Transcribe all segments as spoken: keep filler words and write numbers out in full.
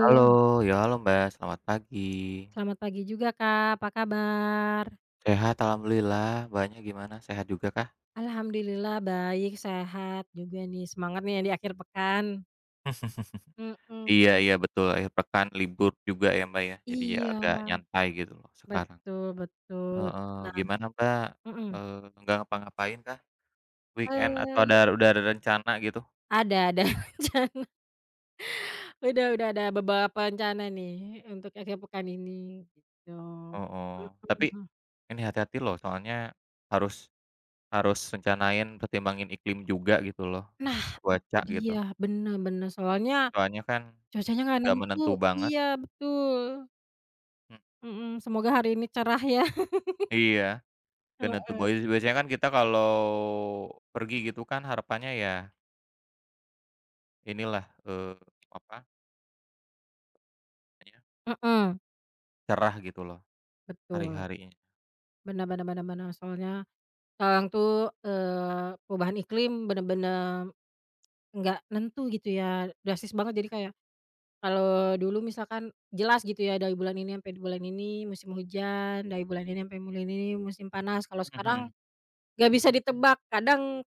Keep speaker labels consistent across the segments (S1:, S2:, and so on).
S1: Halo, ya halo Mbak, selamat pagi.
S2: selamat pagi juga Kak, apa kabar?
S1: Sehat alhamdulillah, Mbaknya gimana, sehat juga kah?
S2: Alhamdulillah baik, sehat juga nih, semangat nih yang di akhir pekan.
S1: Iya
S2: Mhm,
S1: iya betul, akhir pekan libur juga ya Mbak ya, jadi ya
S2: iya,
S1: agak nyantai gitu loh sekarang.
S2: betul betul.
S1: Heeh,
S2: Nah,
S1: gimana Mbak,
S2: mhm,
S1: eee, nggak ngapa-ngapain kah weekend atau ada
S2: eee,
S1: udah ada rencana gitu?
S2: ada ada rencana, udah udah ada beberapa rencana nih untuk akhir pekan ini, gitu.
S1: Oh, tapi
S2: Mhm.
S1: ini hati-hati loh soalnya harus harus rencanain, pertimbangin iklim juga gitu loh,
S2: Nah, itu
S1: cuaca
S2: dia,
S1: gitu,
S2: bener bener, soalnya
S1: soalnya kan
S2: cuacanya nggak
S1: nggak
S2: nentu.
S1: menentu banget.
S2: Iya betul,
S1: Hmm,
S2: mhm, semoga hari ini cerah ya.
S1: iya. Kena tuh
S2: Heeh.
S1: boys biasanya kan kita kalau pergi gitu kan harapannya ya inilah, eee, apa namanya,
S2: Heeh,
S1: cerah gitu loh
S2: betul.
S1: hari-harinya.
S2: Benar-benar benar-benar. Soalnya sekarang tuh, eee, perubahan iklim bener-bener nggak nentu gitu ya, drastis banget. Jadi kayak kalau dulu misalkan jelas gitu ya dari bulan ini sampai bulan ini musim hujan, dari bulan ini sampai bulan ini musim panas. Kalau
S1: Mhm
S2: sekarang
S1: mhm.
S2: nggak bisa ditebak, kadang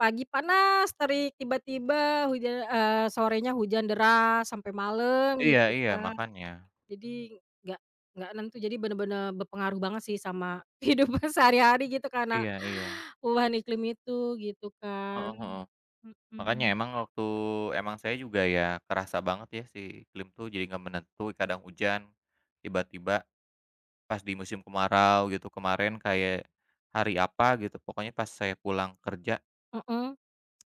S2: pagi panas terik, tiba-tiba huja eee, sorenya hujan deras sampai malam
S1: Iya
S2: gitu
S1: iya
S2: kan.
S1: makanya.
S2: Jadi nggak nggak nentu, jadi bener-bener berpengaruh banget sih sama kehidupan sehari-hari gitu karena
S1: Iya iya.
S2: perubahan iklim itu, gitu kan.
S1: Heeh heeh. Makanya
S2: Mhm,
S1: emang waktu emang saya juga ya kerasa banget ya si iklim tuh jadi nggak menentu, kadang hujan, tiba-tiba pas di musim kemarau gitu kemarin kayak hari apa gitu pokoknya pas saya pulang kerja
S2: heeh,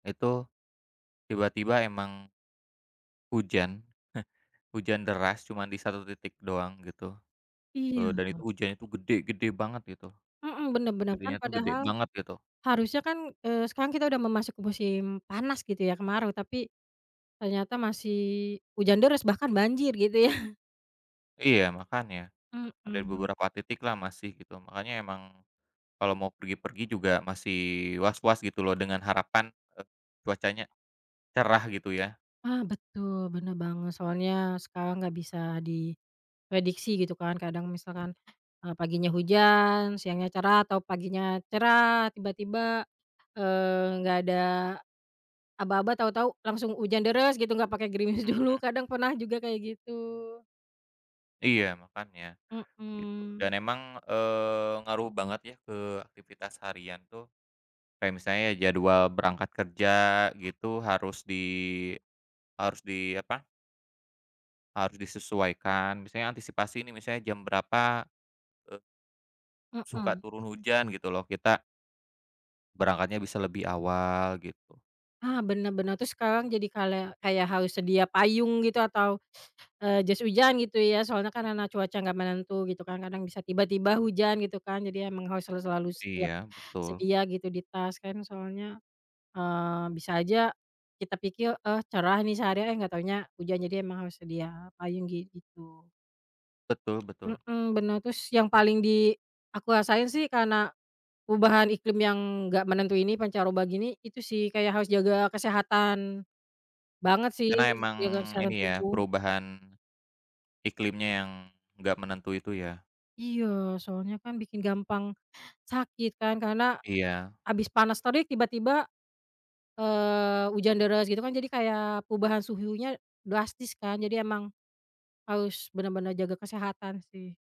S1: itu tiba-tiba emang hujan. Hujan deras cuman di satu titik doang gitu,
S2: iya,
S1: eee, dan itu hujannya tuh gede-gede banget gitu,
S2: mhm, bener bener, kan
S1: gedenya tuh gede
S2: padahal
S1: banget gitu.
S2: harusnya kan, eee, sekarang kita udah memasuki musim panas gitu ya, kemarau, tapi ternyata masih hujan deras, bahkan banjir gitu ya.
S1: Iya makanya, ada
S2: Mhm.
S1: beberapa titik lah masih gitu, makanya emang kalau mau pergi-pergi juga masih was-was gitu loh dengan harapan, eee, cuacanya cerah gitu ya.
S2: Ah, betul, bener banget, soalnya sekarang nggak bisa di prediksi gitu kan kadang misalkan, eee, paginya hujan, siangnya cerah, atau paginya cerah tiba-tiba, eee, nggak ada aba-aba tahu-tahu langsung hujan deres gitu nggak pakai gerimis dulu
S1: Mhm,
S2: kadang pernah juga kayak gitu.
S1: iya makanya, gitu. Dan
S2: Mhm,
S1: emang, eee, ngaruh banget ya ke aktivitas harian tuh, kayak misalnya ya jadwal berangkat kerja gitu harus di harus di apa harus disesuaikan, misalnya antisipasi ini misalnya jam berapa, eee, suka
S2: mhm.
S1: turun hujan gitu loh, kita berangkatnya bisa lebih awal gitu.
S2: Ah, bener bener terus sekarang jadi kale kayak harus sedia payung gitu atau, eee, jas hujan gitu ya soalnya kan karena cuaca nggak menentu gitu kan kadang bisa tiba-tiba hujan gitu kan jadi emang harus selalu selalu setiap
S1: Iya, betul.
S2: sedia gitu di tas kan soalnya Eee, bisa aja kita pikir, "Eh, cerah nih seharian," eh, nggak taunya hujan. Jadi emang harus sedia payung gitu.
S1: Betul betul.
S2: Mhm, bener. Terus yang paling di aku rasain sih karena perubahan iklim yang nggak menentu ini, pancaroba gini, itu sih kayak harus jaga kesehatan banget sih,
S1: Karena emang
S2: jaga kesehatan
S1: ini ya,
S2: tubuh.
S1: perubahan iklimnya yang nggak menentu itu ya.
S2: Iya, soalnya kan bikin gampang sakit kan karena
S1: Iya,
S2: abis panas terik tiba-tiba, eee, hujan deras gitu kan jadi kayak perubahan suhunya drastis kan. Jadi emang harus benar-benar jaga kesehatan sih,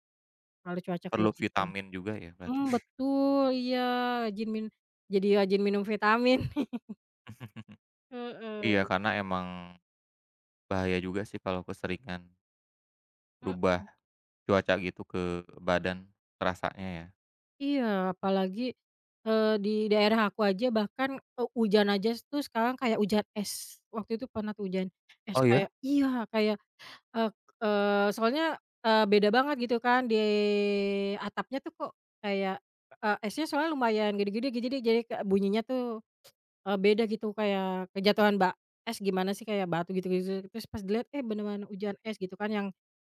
S2: kalau cuaca kayak
S1: perlu
S2: gitu.
S1: vitamin juga ya berarti
S2: Mmm,
S1: ya.
S2: betul, iya, rajin min jadi rajin minum vitamin. Heeh,
S1: Iya, karena emang bahaya juga sih kalau keseringan berubah
S2: mhm.
S1: cuaca gitu ke badan, terasanya ya.
S2: Iya, apalagi, eee, di daerah aku aja bahkan, eee, hujan aja s tuh sekarang kayak hujan es. Waktu itu pernah tuh hujan es
S1: Oh ya?
S2: kayak iya, kayak, eee eee, soalnya, eee, beda banget gitu kan di atapnya tuh kok kayak, eee, esnya soalnya lumayan gede-gede gi jadi jadi kayak bunyinya tuh Eee, beda gitu kayak kejatuhan ba es gimana sih kayak batu gitu-gitu, terus pas dilihat, eh, beneran hujan es gitu kan yang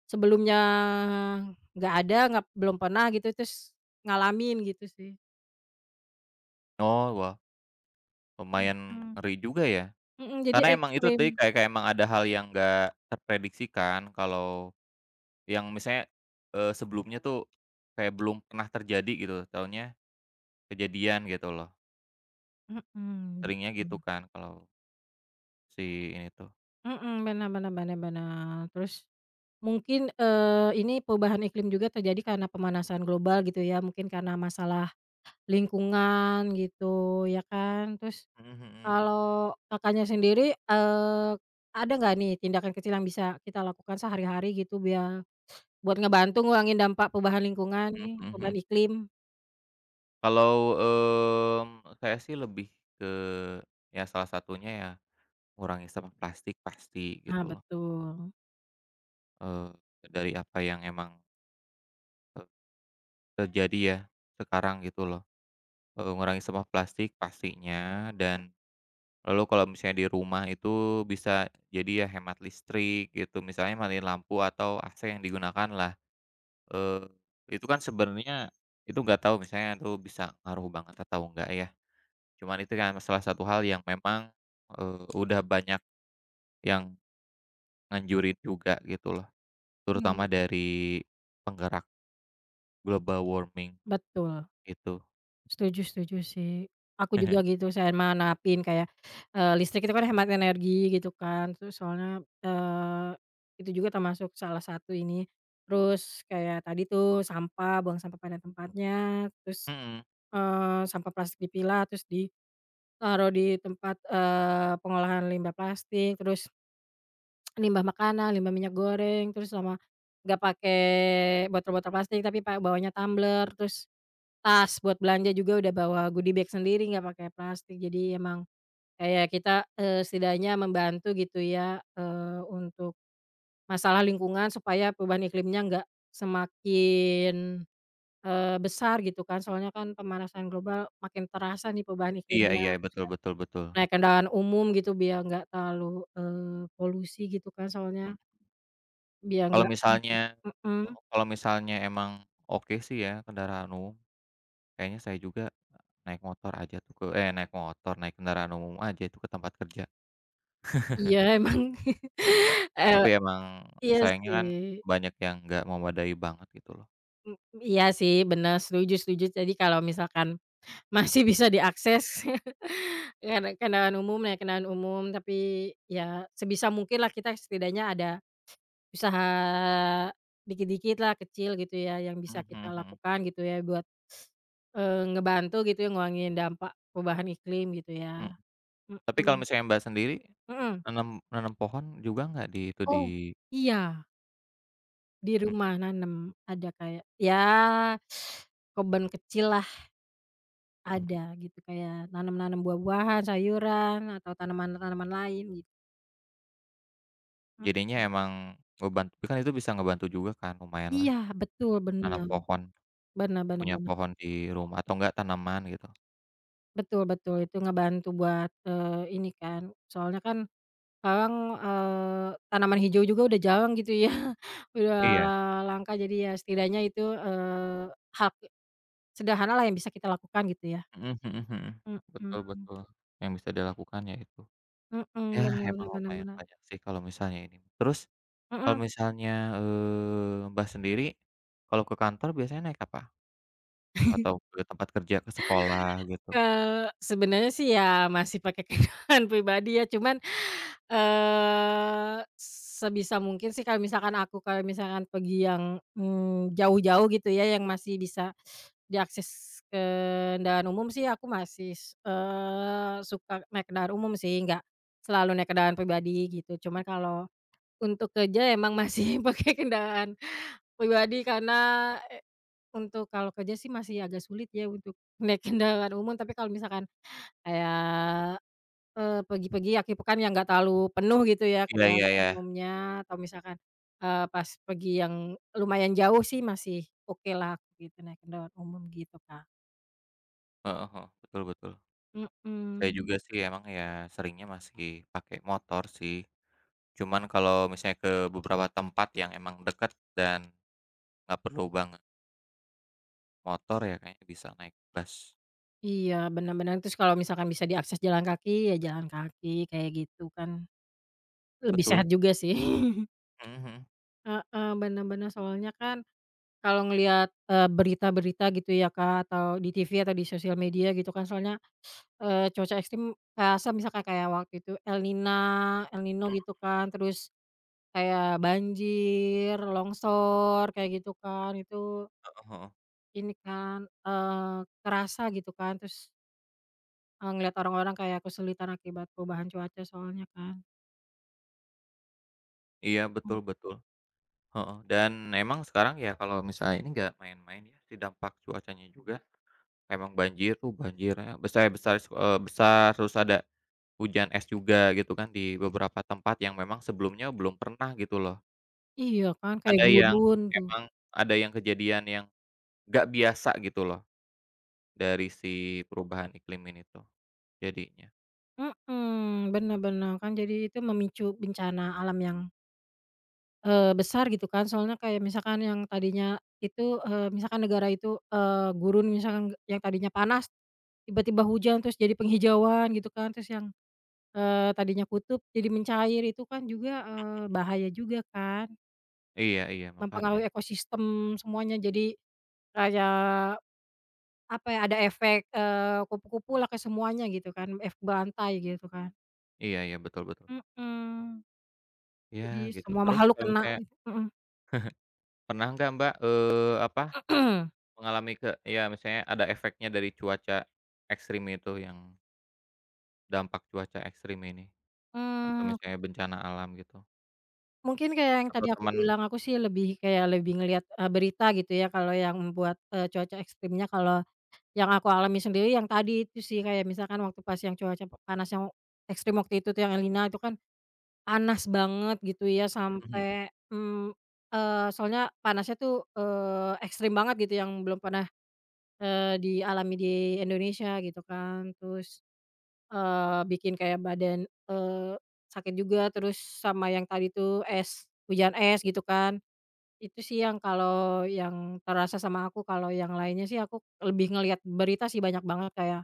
S2: sebelumnya nggak ada, nggak belum pernah gitu, terus ngalamin gitu sih.
S1: Oh, wah lumayan
S2: Mhm.
S1: ngeri juga ya.
S2: Mhm, jadi
S1: Karena emang itu
S2: ekstrim.
S1: tadi kayak kayak emang ada hal yang nggak terprediksikan kalau yang misalnya, eee, sebelumnya tuh kayak belum pernah terjadi gitu, taunya kejadian gitu loh,
S2: Mhm,
S1: seringnya
S2: betul.
S1: gitu kan kalau si ini tuh.
S2: Mhm, benar benar benar benar. Terus mungkin, eee, ini perubahan iklim juga terjadi karena pemanasan global gitu ya, mungkin karena masalah lingkungan gitu ya kan, terus
S1: Mhm mhm.
S2: kalau Kakaknya sendiri, eee, ada nggak nih tindakan kecil yang bisa kita lakukan sehari-hari gitu biar buat ngebantu ngurangin dampak perubahan lingkungan
S1: Mhm
S2: nih,
S1: mhm
S2: perubahan
S1: mhm.
S2: iklim?
S1: Kalau, mmm, saya sih lebih ke ya salah satunya ya ngurangi sampah plastik pasti
S2: Ah,
S1: gitu loh,
S2: betul.
S1: eee, dari apa yang emang, eee, terjadi ya sekarang gitu loh, eee, ngurangi sampah plastik pastinya dan lalu kalau misalnya di rumah itu bisa jadi ya hemat listrik gitu, misalnya matiin lampu atau A C yang digunakan lah. Eee, itu kan sebenarnya itu nggak tahu misalnya itu bisa ngaruh banget atau enggak ya, cuman itu kan salah satu hal yang memang, eee, udah banyak yang nganjurin juga gitu loh,
S2: Mmm.
S1: terutama dari penggerak global warming
S2: Betul.
S1: itu.
S2: Setuju setuju sih. Aku juga gitu sama nerapin kayak, eee, listrik itu kan hemat energi gitu kan, terus soalnya, eee, itu juga termasuk salah satu ini. Terus kayak tadi tuh sampah, buang sampah pada tempatnya, terus,
S1: Mhm,
S2: eee, sampah plastik dipilah terus di taruh di tempat, eee, pengolahan limbah plastik, terus limbah makanan, limbah minyak goreng, terus sama nggak pakai botol-botol plastik tapi pa bawanya tumbler, terus tas buat belanja juga udah bawa goodie bag sendiri nggak pakai plastik. Jadi emang kayak kita, eee, setidaknya membantu gitu ya, eee, untuk masalah lingkungan supaya perubahan iklimnya nggak semakin, eee, besar gitu kan. Soalnya kan pemanasan global makin terasa nih perubahan
S1: iya
S2: iklimnya.
S1: iya, betul betul betul.
S2: Naik kendaraan umum gitu biar nggak terlalu, eee, polusi gitu kan soalnya,
S1: Mhm,
S2: biar
S1: kalau
S2: nggak
S1: misalnya
S2: mhm,
S1: kalau misalnya emang oke sih ya kendaraan umum. Kayaknya saya juga naik motor aja tuh ke eh, naik motor, naik kendaraan umum aja itu ke tempat kerja.
S2: iya emang, eee,
S1: Tapi emang
S2: iya
S1: sayangnya kan
S2: sih,
S1: banyak yang nggak memadai banget gitu loh.
S2: m iya sih bener setuju setuju jadi kalau misalkan masih bisa diakses kenda kendaraan umum, naik kendaraan umum tapi ya sebisa mungkinlah kita setidaknya ada usaha dikit-dikitlah kecil gitu ya yang
S1: Mhm
S2: bisa
S1: mhm
S2: kita
S1: mhm,
S2: lakukan gitu ya buat, eee, ngebantu gitu ya ngurangin dampak perubahan iklim gitu ya.
S1: mhm. Tapi kalau
S2: Mhm
S1: misalnya Mbak sendiri
S2: mhm.
S1: nanam nanam pohon juga nggak di itu di
S2: Oh. Iya, di
S1: mhm
S2: rumah nanem ada kayak ya kebun kecil lah
S1: mhm,
S2: ada gitu, kayak nanam-nanam buah-buahan, sayuran, atau tanaman-tanaman lain gitu,
S1: jadinya
S2: mhm.
S1: emang ngebantu kan itu bisa ngebantu juga kan lumayan lah
S2: Iya betul,
S1: nanam
S2: bener
S1: pohon,
S2: bener bener
S1: punya
S2: bener,
S1: pohon di rumah atau enggak tanaman gitu.
S2: betul betul itu ngebantu buat, eee, ini kan, soalnya kan sekarang, eee, tanaman hijau juga udah jarang gitu ya, udah
S1: Iya,
S2: langka jadi ya setidaknya itu, eee, hak sederhana lah yang bisa kita lakukan gitu ya.
S1: mhm mhm mhm, betul
S2: Mhm,
S1: betul, yang bisa dilakukan ya itu.
S2: mhm,
S1: Ya,
S2: bener
S1: emang
S2: bener
S1: lumayan
S2: bener
S1: banyak sih kalau misalnya ini. Terus kalau
S2: mhm,
S1: misalnya, eee, Mbah sendiri kalau ke kantor biasanya naik apa? Atau ke tempat kerja, ke sekolah gitu?
S2: eee, sebenarnya sih ya masih pakai kendaraan pribadi ya cuman, eee, sebisa mungkin sih kalau misalkan aku kalau misalkan pergi yang, mmm, jauh-jauh gitu ya yang masih bisa diakses kendaraan umum sih aku masih, eee, suka naik kendaraan umum sih nggak selalu naik kendaraan pribadi gitu cuman kalau untuk kerja emang masih pakai kendaraan pribadi karena untuk kalau kerja sih masih agak sulit ya untuk naik kendaraan umum, tapi kalau misalkan kayak, eee, pergi-pergi akhir pekan yang nggak terlalu penuh gitu ya
S1: Iya
S2: kendaraan
S1: iya iya,
S2: umumnya atau misalkan, eee, pas pergi yang lumayan jauh sih masih okelah gitu naik kendaraan umum gitu, Kak.
S1: heeh heeh, betul betul. Saya
S2: Mhm.
S1: juga sih emang ya seringnya masih pakai motor sih. Cuman kalau misalnya ke beberapa tempat yang emang dekat dan nggak perlu banget motor ya kayaknya bisa naik bus.
S2: Iya, bener bener, terus kalau misalkan bisa diakses jalan kaki, ya jalan kaki kayak gitu kan, lebih
S1: Betul,
S2: sehat juga sih.
S1: mhm mhm,
S2: Heeh, bener bener, soalnya kan kalau ngelihat, eee, berita-berita gitu ya, Kak, atau di T V atau di sosial media gitu kan soalnya, eee, cuaca ekstrim kerasa misalkan kayak waktu itu El Nina El Nino
S1: mhm,
S2: gitu kan, terus kayak banjir, longsor kayak gitu kan, itu
S1: heeh heeh.
S2: ini kan, eee, kerasa gitu kan, terus, eee, ngelihat orang-orang kayak kesulitan akibat perubahan cuaca soalnya kan.
S1: Iya,
S2: Mmm.
S1: betul betul. Heeh, dan emang sekarang ya kalau misalnya ini nggak main-main ya si dampak cuacanya juga, emang banjir tuh banjirnya besar-besar, eee, besar terus ada hujan es juga gitu kan di beberapa tempat yang memang sebelumnya belum pernah gitu loh.
S2: Iya kan, kayak
S1: Ada yang
S2: gurun tuh.
S1: emang ada yang kejadian yang nggak biasa gitu loh dari si perubahan iklim ini tuh jadinya.
S2: Mhm, bener bener, kan jadi itu memicu bencana alam yang Eee, besar gitu kan soalnya kayak misalkan yang tadinya itu, eee, misalkan negara itu, eee, gurun misalkan yang tadinya panas, tiba-tiba hujan terus jadi penghijauan gitu kan terus yang, eee, tadinya kutub jadi mencair itu kan juga, eee, bahaya juga kan
S1: Iya iya makanya.
S2: mempengaruhi ekosistem semuanya jadi kayak apa ya ada efek, eee, kupu-kupu lah ke semuanya gitu kan efek bantai gitu kan,
S1: Iya iya betul betul.
S2: mhm,
S1: Ya
S2: jadi
S1: gitu
S2: semua
S1: terus
S2: makhluk
S1: kalau
S2: kena
S1: misalnya
S2: gitu, mhm.
S1: pernah nggak Mbak, eee, apa mengalami ke iya, misalnya ada efeknya dari cuaca ekstrim itu, yang dampak cuaca ekstrim ini, atau
S2: Mmm.
S1: misalnya bencana alam gitu,
S2: Mungkin kayak yang
S1: atau
S2: tadi aku
S1: teman
S2: bilang, aku sih lebih kayak lebih ngelihat, eee, berita gitu ya kalau yang membuat, eee, cuaca ekstrimnya. Kalau yang aku alami sendiri yang tadi itu sih, kayak misalkan waktu pas yang cuaca panas yang ekstrim waktu itu tuh yang Elina itu kan panas banget gitu ya
S1: mhm
S2: sampai, mmm, eee, soalnya panasnya tuh, eee, ekstrim banget gitu yang belum pernah, eee, dialami di Indonesia gitu kan. Terus Eee, bikin kayak badan, eee, sakit juga, terus sama yang tadi tuh es, hujan es gitu kan. Itu sih yang kalau yang terasa sama aku, kalau yang lainnya sih aku lebih ngelihat berita sih banyak banget kayak,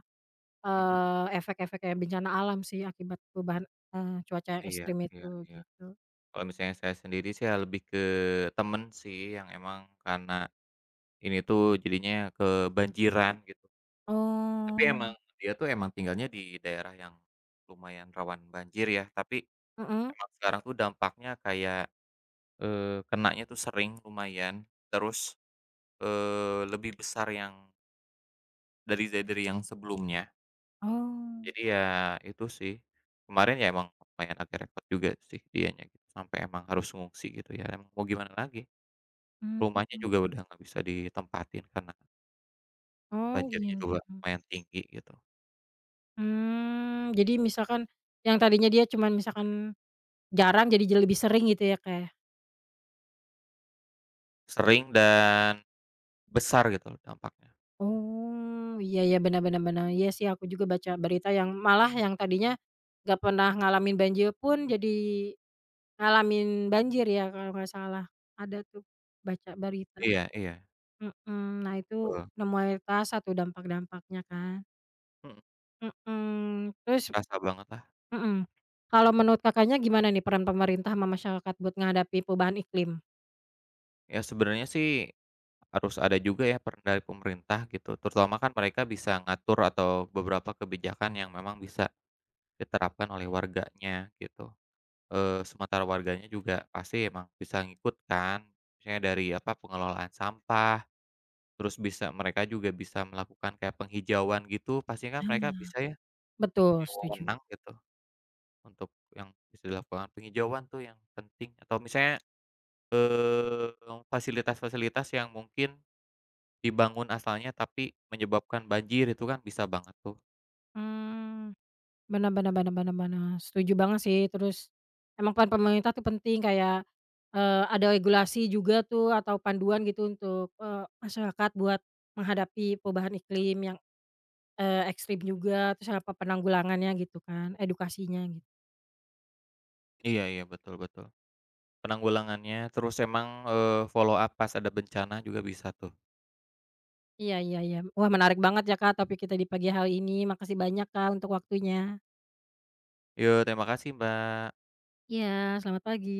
S1: mhm.
S2: eee, efek-efek kayak bencana alam sih akibat perubahan, eee, cuaca yang
S1: Iya
S2: ekstrim
S1: iya
S2: itu,
S1: iya.
S2: gitu.
S1: Kalau misalnya saya sendiri sih ya lebih ke temen sih, yang emang karena ini tuh jadinya kebanjiran gitu. Tapi
S2: Oh.
S1: emang dia tuh emang tinggalnya di daerah yang lumayan rawan banjir ya, tapi
S2: Mhm.
S1: emang sekarang tuh dampaknya kayak, eee, kenanya tuh sering lumayan, terus Eee, lebih besar yang dari dari dari yang sebelumnya.
S2: Oh.
S1: Jadi ya itu sih, kemarin ya emang lumayan agak repot juga sih dianya gitu, sampai emang harus ngungsi gitu ya, emang mau gimana lagi, rumahnya
S2: Mhm.
S1: juga udah nggak bisa ditempatin karena
S2: Oh,
S1: banjirnya
S2: gitu.
S1: juga lumayan tinggi gitu.
S2: Mmm, jadi misalkan yang tadinya dia cuman misalkan jarang jadi jadi lebih sering gitu ya, Kak, ya?
S1: Sering dan besar gitu loh dampaknya.
S2: Oh, iya iya, benar benar benar. Iya sih aku juga baca berita yang malah yang tadinya nggak pernah ngalamin banjir pun jadi ngalamin banjir ya kalau nggak salah. Ada tuh baca berita,
S1: Iya iya,
S2: mhm. Nah itu
S1: betul.
S2: udah mulai terasa tuh dampak-dampaknya kan,
S1: Mhm,
S2: mhm. Terus
S1: kerasa banget lah.
S2: mhm, kalau menurut Kakaknya gimana nih peran pemerintah sama masyarakat buat menghadapi perubahan iklim?
S1: Ya sebenarnya sih harus ada juga ya peran dari pemerintah gitu, terutama kan mereka bisa ngatur atau beberapa kebijakan yang memang bisa diterapkan oleh warganya gitu, eee, sementara warganya juga pasti emang bisa ngikut kan, misalnya dari apa, pengelolaan sampah, terus bisa mereka juga bisa melakukan kayak penghijauan gitu, pastinya kan mereka
S2: Mmm.
S1: bisa ya punya
S2: Betul, setuju.
S1: wewenang gitu untuk yang bisa dilakukan penghijauan tuh yang penting atau misalnya, eee, fasilitas-fasilitas yang mungkin dibangun asalnya tapi menyebabkan banjir itu kan bisa banget tuh.
S2: Mmm. Bener bener bener bener bener, setuju banget sih, terus emang peran pemerintah tuh penting kayak, eee, ada regulasi juga tuh atau panduan gitu untuk, eee, masyarakat buat menghadapi perubahan iklim yang, eee, ekstrim juga, terus apa penanggulangannya gitu kan, edukasinya gitu.
S1: Iya iya, betul betul. Penanggulangannya, terus emang, eee, follow up pas ada bencana juga bisa tuh.
S2: Iya iya iya, wah menarik banget ya Kak topik kita di pagi hari ini, makasih banyak Kak untuk waktunya.
S1: Yo, terima kasih, Mbak.
S2: Iya, selamat pagi.